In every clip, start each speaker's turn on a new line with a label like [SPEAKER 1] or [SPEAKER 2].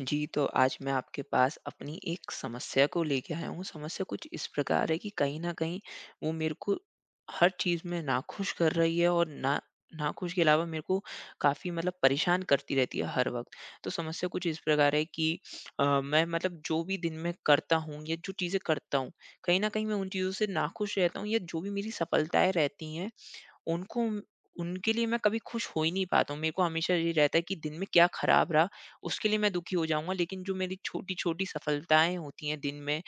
[SPEAKER 1] जी, तो आज मैं आपके पास अपनी एक समस्या को लेके आया हूँ। समस्या कुछ इस प्रकार है कि कहीं न कहीं वो मेरे को हर चीज़ में नाखुश कर रही है, और नाखुश के अलावा मेरे को काफ़ी मतलब परेशान करती रहती है हर वक़्त। तो समस्या कुछ इस प्रकार है कि मैं मतलब जो भी दिन में करता हूँ या जो चीज़ें करता हूँ, कहीं न कहीं मैं उन चीज़ों से नाखुश रहता हूँ, या जो भी मेरी सफलताएँ रहती हैं उनको उनके लिए मैं कभी खुश हो ही नहीं पाता हूँ। मेरे को हमेशा ये रहता है कि दिन में क्या खराब रहा, उसके लिए मैं दुखी हो जाऊँगा। लेकिन जो मेरी छोटी-छोटी सफलताएँ होती हैं दिन में,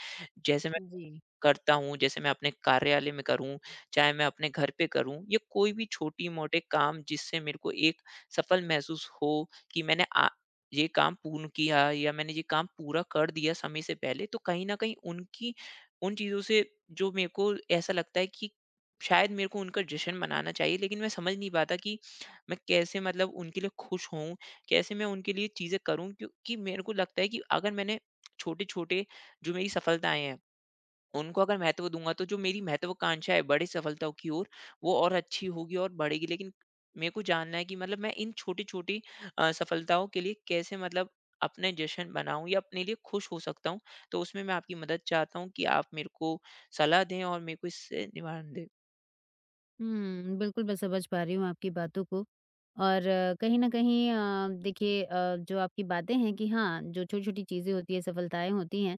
[SPEAKER 1] जैसे मैं
[SPEAKER 2] जी।
[SPEAKER 1] जैसे मैं अपने कार्यालय में करूँ, चाहे मैं अपने घर पे करूँ, या कोई भी छोटी-मोटे काम जिससे मेरे को एक सफल महसूस हो कि मैंने आ ये काम पूर्ण किया या मैंने ये काम पूरा कर दिया समय से पहले, तो कहीं न कहीं उनकी उन चीज़ों से जो मेरे को ऐसा लगता है कि शायद मेरे को उनका जश्न मनाना चाहिए, लेकिन मैं समझ नहीं पाता कि मैं कैसे मतलब उनके लिए खुश होऊँ, कैसे मैं उनके लिए चीज़ें करूँ? क्योंकि मेरे को लगता है कि अगर मैंने छोटे-छोटे जो मेरी सफलताएँ हैं उनको अगर महत्व दूँगा तो जो मेरी महत्वाकांक्षा है बड़ी सफलताओं की ओर, वो और अच्छी होगी और बढ़ेगी। लेकिन मेरे को जानना है कि मतलब मैं इन छोटी-छोटी सफलताओं के लिए कैसे मतलब अपने जश्न मनाऊँ या अपने लिए खुश हो सकता हूँ? तो उसमें मैं आपकी मदद चाहता हूँ कि आप मेरे को सलाह दें और मेरे को इससे निवारण दें।
[SPEAKER 2] हुँ, बिल्कुल मैं समझ पा रही हूँ आपकी बातों को और कहीं न कहीं देखिए जो आपकी बातें हैं कि हाँ, जो छोटी-छोटी चीज़ें होती हैं, सफलताएँ होती हैं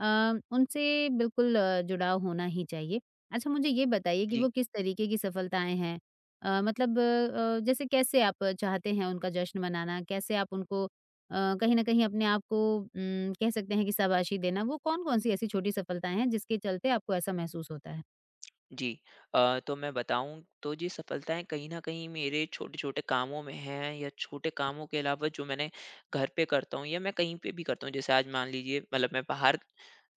[SPEAKER 2] उनसे बिल्कुल जुड़ाव होना ही चाहिए। अच्छा मुझे ये बताइए कि
[SPEAKER 1] जी।
[SPEAKER 2] वो किस तरीके की सफलताएँ हैं? मतलब जैसे कैसे आप चाहते हैं उनका जश्न मनाना? कैसे आप उनको कहीं न कहीं अपने आप को कह सकते हैं कि शाबाशी देना, वो कौन-कौन सी ऐसी छोटी सफलताएँ हैं जिसके चलते आपको ऐसा महसूस होता है?
[SPEAKER 1] जी। तो मैं बताऊँ तो जी सफलताएँ कहीं न कहीं मेरे छोटे-छोटे कामों में हैं, या छोटे कामों के अलावा जो मैंने घर पे करता हूँ या मैं कहीं पे भी करता हूँ। जैसे आज मान लीजिए मतलब मैं बाहर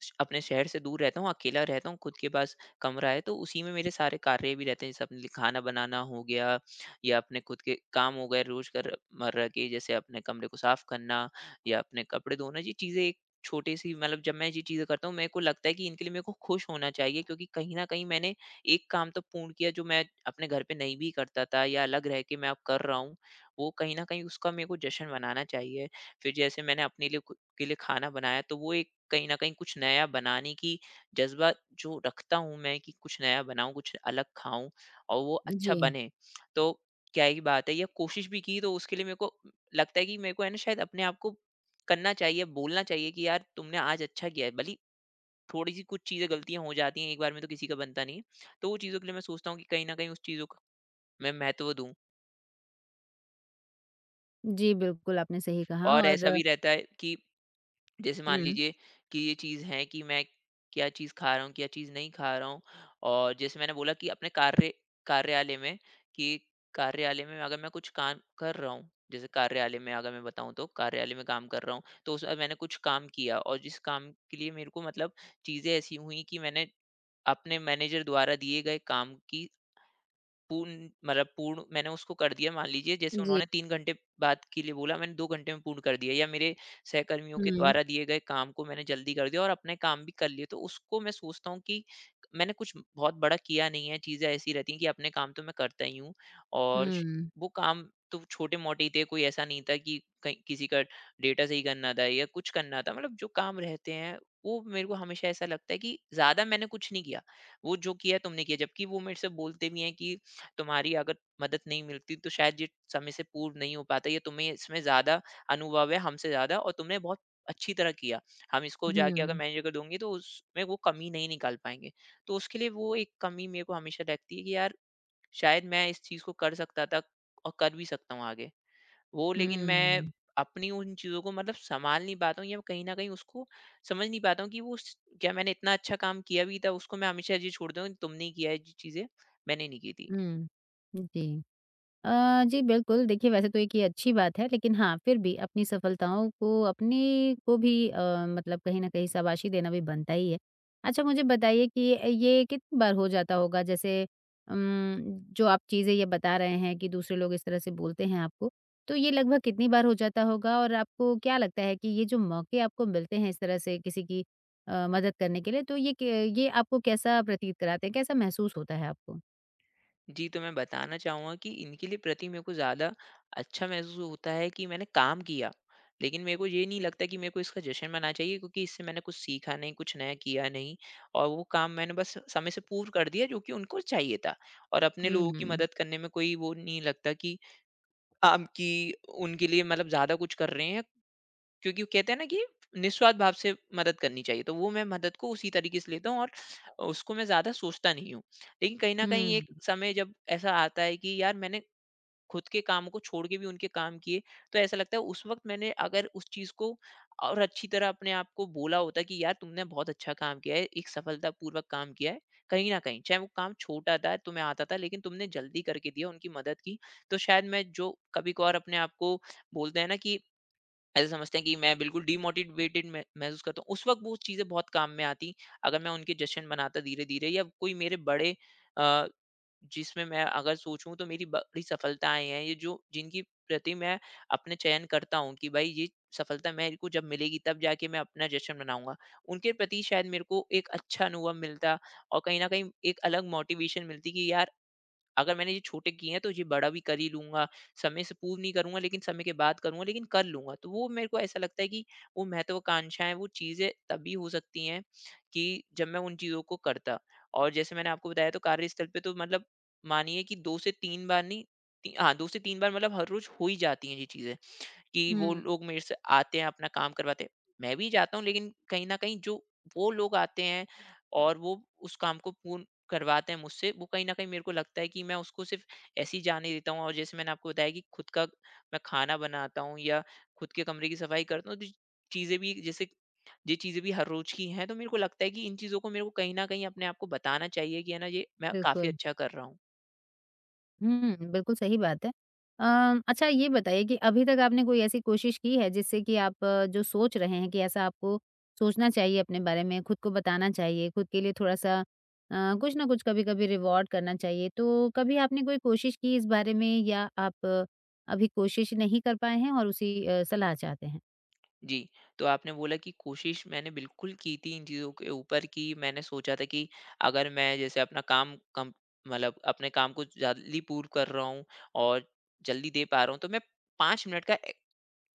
[SPEAKER 1] श अपने शहर से दूर रहता हूँ, अकेला रहता हूँ, खुद के पास कमरा है तो उसी में मेरे सारे कार्य भी रहते हैं। जैसे अपने लिए खाना बनाना हो गया या अपने खुद के काम हो गए रोज़ कर मर्रा के, जैसे अपने कमरे को साफ़ करना या अपने कपड़े धोना। ये चीज़ें एक छोटी-सी मतलब जब मैं ये चीज़ें करता हूँ मेरे को लगता है कि इनके लिए मेरे को खुश होना चाहिए, क्योंकि कहीं न कहीं मैंने एक काम तो पूर्ण किया जो मैं अपने घर पे नहीं भी करता था या अलग रह के मैं अब कर रहा हूँ, वो कहीं ना कहीं उसका मेरे को जश्न मनाना चाहिए। फिर जैसे मैंने अपने लिए, खुद के लिए खाना बनाया तो वो एक कहीं ना कहीं कुछ नया बनाने की जज्बा जो रखता हूँ मैं कि कुछ नया बनाऊं, कुछ अलग खाऊं और वो
[SPEAKER 2] जी।
[SPEAKER 1] अच्छा बने, तो क्या ही बात है। या कोशिश भी की तो उसके लिए मेरे को लगता है कि मेरे को है ना शायद अपने आप को करना चाहिए, बोलना चाहिए कि यार तुमने आज अच्छा किया है भली। थोड़ी सी कुछ चीज़ें गलतियाँ हो जाती हैं, एक बार में तो किसी का बनता नहीं है। तो वो चीज़ों के लिए मैं सोचता हूँ कि कहीं न कहीं उस चीज़ों को मैं महत्व दूँ।
[SPEAKER 2] जी, बिल्कुल, आपने सही कहा
[SPEAKER 1] और
[SPEAKER 2] और
[SPEAKER 1] ऐसा भी रहता है कि जैसे मान
[SPEAKER 2] हुँ।
[SPEAKER 1] लीजिए कि ये चीज़ है कि मैं क्या चीज़ खा रहा हूँ, क्या चीज़ नहीं खा रहा हूँ। और जैसे मैंने बोला कि अपने कार्यालय में कि कार्यालय में अगर मैं कुछ काम कर रहा हूँ, जैसे कार्यालय में अगर मैं बताऊँ तो कार्यालय में काम कर रहा हूँ, तो उसमें मैंने कुछ काम किया और जिस काम के लिए मेरे को मतलब चीज़ें ऐसी हुई कि मैंने अपने मैनेजर द्वारा दिए गए काम की पूर्ण मैंने उसको कर दिया। मान लीजिए जैसे
[SPEAKER 2] जी।
[SPEAKER 1] उन्होंने 3 घंटे बात के लिए बोला, मैंने 2 घंटे में पूर्ण कर दिया, या मेरे सहकर्मियों के
[SPEAKER 2] हुँ,
[SPEAKER 1] द्वारा दिए गए काम को मैंने जल्दी कर दिया और अपने काम भी कर लिए। तो उसको मैं सोचता हूँ कि मैंने कुछ बहुत बड़ा किया नहीं है, चीज़ें ऐसी रहती हैं कि अपने काम तो मैं करता ही हूँ, और श
[SPEAKER 2] हुँ,
[SPEAKER 1] वो काम तो छोटे-मोटे ही थे, कोई ऐसा नहीं था कि कहीं किसी का डेटा सही करना था या कुछ करना था। मतलब जो काम रहते हैं वो मेरे को हमेशा ऐसा लगता है कि ज़्यादा मैंने कुछ नहीं किया। वो जो किया तुमने किया, जबकि वो मेरे से बोलते भी हैं कि तुम्हारी अगर मदद नहीं मिलती तो शायद ये समय से पूर्ण नहीं हो पाता, या तुम्हें इसमें ज़्यादा अनुभव है हमसे ज़्यादा और तुमने बहुत अच्छी तरह किया। हम इसको जाके अगर
[SPEAKER 2] हुँ,
[SPEAKER 1] मैनेज कर दूँगी तो उसमें वो कमी नहीं निकाल पाएँगे। तो उसके लिए वो एक कमी मेरे को हमेशा लगती है कि यार शायद मैं इस चीज़ को कर सकता था और कर भी सकता हूँ आगे। वो लेकिन मैं अपनी उन चीज़ों को मतलब सँभाल नहीं पाता हूँ, या कहीं न कहीं उसको समझ नहीं पाता हूँ कि वो स क्या मैंने इतना अच्छा काम किया भी था, उसको मैं हमेशा ये छोड़ दूँ तुमने ही किया है ये चीज़ें, मैंने नहीं की थी।
[SPEAKER 2] हुँ, हुँ, जी। जी बिल्कुल, देखिए वैसे तो एक ये अच्छी बात है, लेकिन हाँ, फिर भी अपनी सफलताओं को अपने को भी मतलब कहीं न कहीं शाबाशी देना भी बनता ही है। अच्छा मुझे बताइए कि ये कितनी बार हो जाता होगा? जैसे उम, जो आप चीज़ें ये बता रहे हैं कि दूसरे लोग इस तरह से बोलते हैं आपको, तो ये लगभग कितनी बार हो जाता होगा? और आपको क्या लगता है कि ये जो मौके आपको मिलते हैं इस तरह से किसी की मदद करने के लिए, तो ये आपको कैसा प्रतीत कराते हैं? कैसा महसूस होता है आपको?
[SPEAKER 1] जी, तो मैं बताना चाहूँगा कि इनके लिए प्रति मेरे को ज़्यादा अच्छा महसूस होता है कि मैंने काम किया। लेकिन मेरे को ये नहीं लगता कि मेरे को इसका जश्न मनाना चाहिए, क्योंकि इससे मैंने कुछ सीखा नहीं, कुछ नया किया नहीं, और वो काम मैंने बस समय से पूर्व कर दिया जो कि उनको चाहिए था। और अपने
[SPEAKER 2] हुँ,
[SPEAKER 1] लोगों की
[SPEAKER 2] हुँ,
[SPEAKER 1] मदद करने में कोई वो नहीं लगता कि काम की उनके लिए मतलब ज़्यादा कुछ कर रहे हैं, क्योंकि वो कहते हैं ना कि निस्वार्थ भाव से मदद करनी चाहिए, तो वो मैं मदद को उसी तरीके से लेता हूँ और उसको मैं ज्यादा सोचता नहीं हूँ। लेकिन कहीं ना कहीं एक
[SPEAKER 2] हुँ,
[SPEAKER 1] समय जब ऐसा आता है कि यार मैंने खुद के काम को छोड़ के भी उनके काम किए, तो ऐसा लगता है उस वक्त मैंने अगर उस चीज को और अच्छी तरह अपने आप को बोला होता कि यार तुमने बहुत अच्छा काम किया है, एक सफलतापूर्वक काम किया है, कहीं ना कहीं चाहे वो काम छोटा था, तुम्हें आता था, लेकिन तुमने जल्दी करके दिया उनकी मदद की। तो शायद मैं जो कभी कभार अपने आप को बोलते हैं ना कि ऐसा समझते हैं कि मैं बिल्कुल डीमोटिवेटेड मह महसूस करता हूँ। उस वक़्त वो चीज़ें बहुत काम में आती, अगर मैं उनके जश्न मनाता धीरे-धीरे, या कोई मेरे बड़े अ, जिसमें मैं अगर सोचूँ तो मेरी बड़ी सफलताएँ हैं, ये जो जिनकी प्रति मैं अपने चयन करता हूँ कि भाई ये सफलता मेरे को जब मिलेगी तब जाके मैं अपना जश्न मनाऊँगा। उनके प्रति शायद मेरे को एक अच्छा अनुभव मिलता, और कहीं न कहीं एक अलग मोटिवेशन मिलती कि यार अगर मैंने ये छोटे किए हैं तो ये बड़ा भी कर ही लूँगा, समय से पूर्व नहीं करूँगा लेकिन समय के बाद करूँगा, लेकिन कर लूँगा। तो वो मेरे को ऐसा लगता है कि वो महत्वाकांक्षाएँ, वो चीज़ें तभी हो सकती हैं कि जब मैं उन चीज़ों को करता। और जैसे मैंने आपको बताया तो कार्यस्थल पे तो मतलब मानिए कि 2 से 3 बार नहीं ती हाँ, 2 से 3 बार मतलब हर रोज़ हो ही जाती हैं ये चीज़ें। कि वो
[SPEAKER 2] हुँ।
[SPEAKER 1] लोग मेरे से आते हैं, अपना काम करवाते हैं। मैं भी जाता हूँ, लेकिन कहीं न कहीं जो वो लोग आते हैं और वो उस काम को पूर्ण करवाते हैं मुझसे, वो कहीं न कहीं मेरे को लगता है कि मैं उसको सिर्फ़ ऐसे ही जाने देता हूँ। और जैसे मैंने आपको बताया कि खुद का मैं खाना बनाता हूँ या खुद के कमरे की सफाई करता हूँ, तो चीज़ें भी जैसे ये चीज़ें भी हर रोज़ की हैं, तो मेरे को लगता है कि इन चीज़ों को मेरे को कहीं न कहीं अपने आप को बताना चाहिए कि है ना, ये मैं काफ़ी
[SPEAKER 2] बिल्कुल।
[SPEAKER 1] अच्छा कर रहा हूँ।
[SPEAKER 2] हुँ, बिल्कुल सही बात है। अच्छा ये बताइए कि अभी तक आपने कोई ऐसी कोशिश की है जिससे कि आप जो सोच रहे हैं कि ऐसा आपको सोचना चाहिए अपने बारे में, खुद को बताना चाहिए, खुद के लिए थोड़ा-सा कुछ ना कुछ कभी-कभी रिवॉर्ड करना चाहिए, तो कभी आपने कोई कोशिश की इस बारे में या आप अभी कोशिश नहीं कर पाए हैं और उसी सलाह चाहते हैं?
[SPEAKER 1] जी, तो आपने बोला कि कोशिश मैंने बिल्कुल की थी इन चीज़ों के ऊपर कि मैंने सोचा था कि अगर मैं जैसे अपना काम कम मतलब अपने काम को जल्दी पूर्ण कर रहा हूँ और जल्दी दे पा रहा हूँ, तो मैं 5 मिनट का ए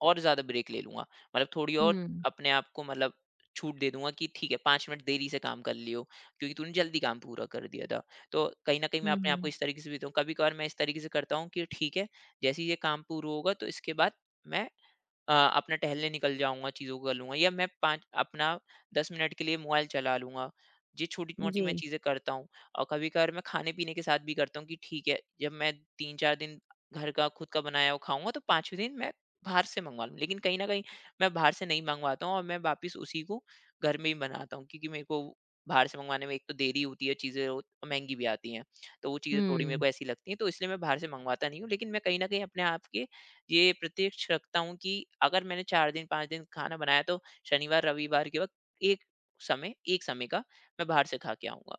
[SPEAKER 1] और ज़्यादा ब्रेक ले लूँगा। मतलब थोड़ी और
[SPEAKER 2] हुँ।
[SPEAKER 1] अपने आप को मतलब छूट दे दूँगा कि ठीक है, 5 मिनट देरी से काम कर लियो, क्योंकि तूने जल्दी काम पूरा कर दिया था। तो कहीं न कहीं मैं
[SPEAKER 2] हुँ,
[SPEAKER 1] अपने आप को
[SPEAKER 2] हुँ।
[SPEAKER 1] इस तरीके से भी देता हूँ। कभी-कभार मैं इस तरीके से करता हूँ कि ठीक है, जैसे ही ये काम पूरा होगा तो इसके बाद मैं अपना टहलने निकल जाऊँगा, चीज़ों को कर लूँगा, या मैं 5 अपना 10 मिनट के लिए मोबाइल चला लूँगा। ये छोटी-मोटी
[SPEAKER 2] जी।
[SPEAKER 1] मैं चीज़ें करता हूँ। और कभी-कभार मैं खाने-पीने के साथ भी करता हूँ कि ठीक है, जब मैं 3-4 दिन घर का खुद का बनाया हुआ खाऊँगा तो 5वें दिन मैं बाहर से मँगवा लूँ। लेकिन कहीं न कहीं मैं बाहर से नहीं मँगवाता हूँ और मैं वापिस उसी को घर में ही बनाता हूँ, क्योंकि मेरे को बाहर से मँगवाने में एक तो देरी होती है, चीज़ें और महँगी भी आती हैं। तो वो चीज़ें थोड़ी मेरे
[SPEAKER 2] हुँ।
[SPEAKER 1] को ऐसी लगती हैं, तो इसलिए मैं बाहर से मँगवाता नहीं हूँ। लेकिन मैं कहीं न कहीं अपने आप के ये प्रत्यक्ष रखता हूँ कि अगर मैंने 4 दिन 5 दिन खाना बनाया तो शनिवार रविवार के वक़्त एक समय, एक समय का मैं बाहर से खा के आऊँगा।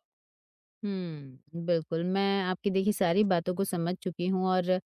[SPEAKER 2] हुँ, बिल्कुल, मैं आपकी देखिए सारी बातों को समझ चुकी हूँ और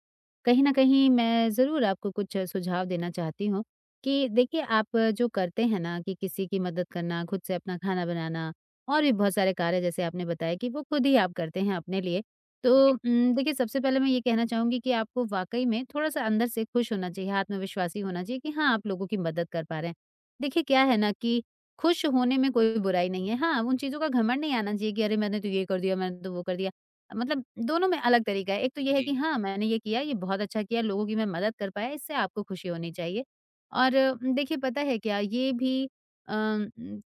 [SPEAKER 2] कहीं न कहीं मैं ज़रूर आपको कुछ सुझाव देना चाहती हूँ कि देखिए आप जो करते हैं ना कि किसी की मदद करना, खुद से अपना खाना बनाना और भी बहुत सारे कार्य जैसे आपने बताया कि वो खुद ही आप करते हैं अपने लिए। तो
[SPEAKER 1] जी,
[SPEAKER 2] देखिए सबसे पहले मैं ये कहना चाहूँगी कि आपको वाक़ई में थोड़ा-सा अंदर से खुश होना चाहिए, आत्मविश्वासी होना चाहिए कि हाँ, आप लोगों की मदद कर पा रहे हैं। देखिए क्या है ना कि खुश होने में कोई बुराई नहीं है। हाँ, उन चीज़ों का घमंड नहीं आना चाहिए कि अरे मैंने तो ये कर दिया, मैंने तो वो कर दिया। मतलब दोनों में अलग तरीका है। एक तो ये है
[SPEAKER 1] जी,
[SPEAKER 2] कि हाँ, मैंने ये किया, ये बहुत अच्छा किया, लोगों की मैं मदद कर पाया, इससे आपको खुशी होनी चाहिए। और देखिए पता है क्या, ये भी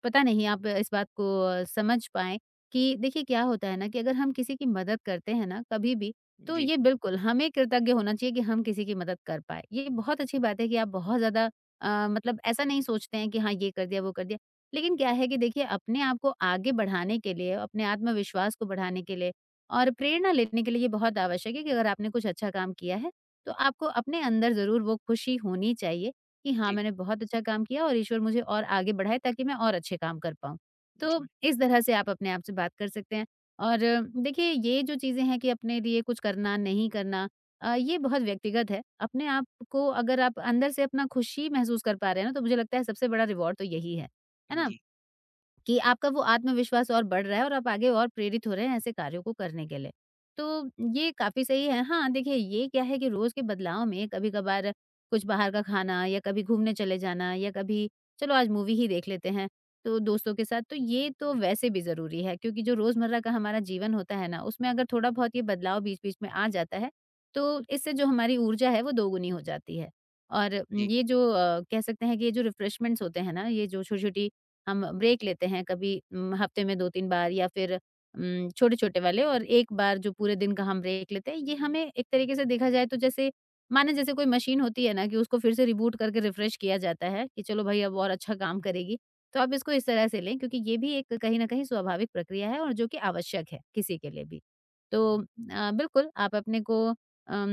[SPEAKER 2] पता नहीं आप इस बात को समझ पाएँ कि देखिए क्या होता है ना कि अगर हम किसी की मदद करते हैं ना कभी भी, तो
[SPEAKER 1] जी,
[SPEAKER 2] ये बिल्कुल हमें कृतज्ञ होना चाहिए कि हम किसी की मदद कर पाए। ये बहुत अच्छी बात है कि आप बहुत ज़्यादा मतलब ऐसा नहीं सोचते हैं कि हाँ, ये कर दिया, वो कर दिया। लेकिन क्या है कि देखिए अपने आप को आगे बढ़ाने के लिए, अपने आत्मविश्वास को बढ़ाने के लिए और प्रेरणा लेने के लिए ये बहुत आवश्यक है कि अगर आपने कुछ अच्छा काम किया है, तो आपको अपने अंदर ज़रूर वो खुशी होनी चाहिए कि हाँ,
[SPEAKER 1] जी,
[SPEAKER 2] मैंने बहुत अच्छा काम किया और ईश्वर मुझे और आगे बढ़ाए ताकि मैं और अच्छे काम कर पाऊँ। तो
[SPEAKER 1] जी,
[SPEAKER 2] इस तरह से आप अपने आप से बात कर सकते हैं और देखिए ये जो चीज़ें हैं कि अपने लिए कुछ करना, नहीं करना ये बहुत व्यक्तिगत है। अपने आप को अगर आप अंदर से अपना खुशी महसूस कर पा रहे हैं ना, तो मुझे लगता है सबसे बड़ा रिवॉर्ड तो यही है। है ना?
[SPEAKER 1] जी,
[SPEAKER 2] कि आपका वो आत्मविश्वास और बढ़ रहा है और आप आगे और प्रेरित हो रहे हैं ऐसे कार्यों को करने के लिए। तो ये काफ़ी सही है। हाँ, देखिए ये क्या है कि रोज़ के बदलाव में कभी-कभार कुछ बाहर का खाना या कभी घूमने चले जाना या कभी चलो आज मूवी ही देख लेते हैं, तो दोस्तों के साथ, तो ये तो वैसे भी ज़रूरी है क्योंकि जो रोज़मर्रा का हमारा जीवन होता है ना, उसमें अगर थोड़ा बहुत ये बदलाव बीच-बीच में आ जाता है, तो इससे जो हमारी ऊर्जा है वो दोगुनी हो जाती है। और
[SPEAKER 1] जी,
[SPEAKER 2] ये जो कह सकते हैं कि ये जो रिफ्रेशमेंट्स होते हैं ना, ये जो छोटी-छोटी हम ब्रेक लेते हैं कभी हफ्ते में 2-3 बार या फिर छोटे-छोटे वाले और 1 बार जो पूरे दिन का हम ब्रेक लेते हैं, ये हमें एक तरीके से देखा जाए तो जैसे माने जैसे कोई मशीन होती है ना कि उसको फिर से रिबूट करके रिफ्रेश किया जाता है कि चलो भाई अब और अच्छा काम करेगी। तो आप इसको इस तरह से लें क्योंकि ये भी एक कहीं न कहीं स्वाभाविक प्रक्रिया है और जो कि आवश्यक है किसी के लिए भी। तो बिल्कुल आप अपने को अम,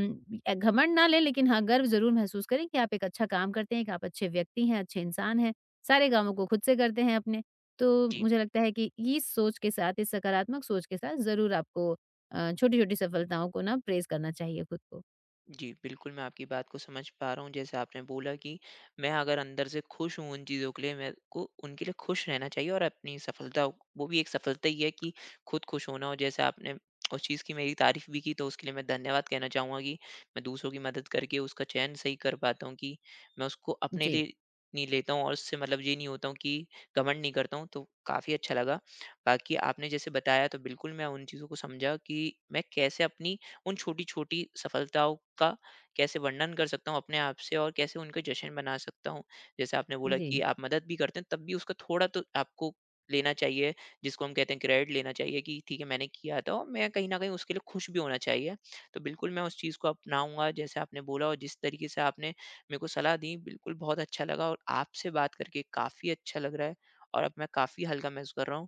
[SPEAKER 2] घमंड ना लें लेकिन हाँ, गर्व ज़रूर महसूस करें कि आप एक अच्छा काम करते हैं, एक आप अच्छे व्यक्ति हैं, अच्छे इंसान हैं। सारे कामों को खुद से करते हैं अपने। तो
[SPEAKER 1] जी।
[SPEAKER 2] मुझे लगता है कि इस सोच के साथ, इस सकारात्मक सोच के साथ ज़रूर आपको छोटी-छोटी सफलताओं को ना प्रेज़ करना चाहिए खुद को।
[SPEAKER 1] जी, बिल्कुल, मैं आपकी बात को समझ पा रहा हूँ। जैसे आपने बोला कि मैं अगर अंदर से खुश हूँ उन चीज़ों के लिए, मेरे को उनके लिए खुश रहना चाहिए, और अपनी सफलता वो भी एक सफलता ही है कि खुद खुश होना। और जैसे आपने उस चीज़ की मेरी तारीफ़ भी की, तो उसके लिए मैं धन्यवाद कहना चाहूँगा कि मैं दूसरों की मदद करके उसका चयन सही कर पाता हूँ कि मैं उसको अपने
[SPEAKER 2] जी,
[SPEAKER 1] लिए नहीं लेता हूँ, और उससे मतलब ये नहीं होता हूँ कि घमंड नहीं करता हूँ, तो काफ़ी अच्छा लगा। बाकी आपने जैसे बताया, तो बिल्कुल मैं उन चीज़ों को समझा कि मैं कैसे अपनी उन छोटी-छोटी सफलताओं का कैसे वर्णन कर सकता हूँ अपने आप से और कैसे उनका जश्न मना सकता हूँ। जैसे आपने बोला
[SPEAKER 2] जी।
[SPEAKER 1] कि आप मदद भी करते हैं, तब भी उसका थोड़ा तो आपको लेना चाहिए, जिसको हम कहते हैं क्रेडिट लेना चाहिए, कि ठीक है मैंने किया था और मैं कहीं न कहीं उसके लिए खुश भी होना चाहिए। तो बिल्कुल मैं उस चीज़ को अपनाऊँगा जैसे आपने बोला, और जिस तरीके से आपने मेरे को सलाह दी बिल्कुल बहुत अच्छा लगा, और आपसे बात करके काफ़ी अच्छा लग रहा है, और अब मैं काफ़ी हल्का महसूस कर रहा हूँ।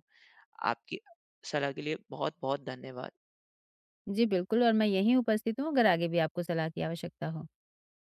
[SPEAKER 1] आपकी सलाह के लिए बहुत-बहुत धन्यवाद।
[SPEAKER 2] जी, बिल्कुल और मैं यहीं उपस्थित हूँ अगर आगे भी आपको सलाह की आवश्यकता हो।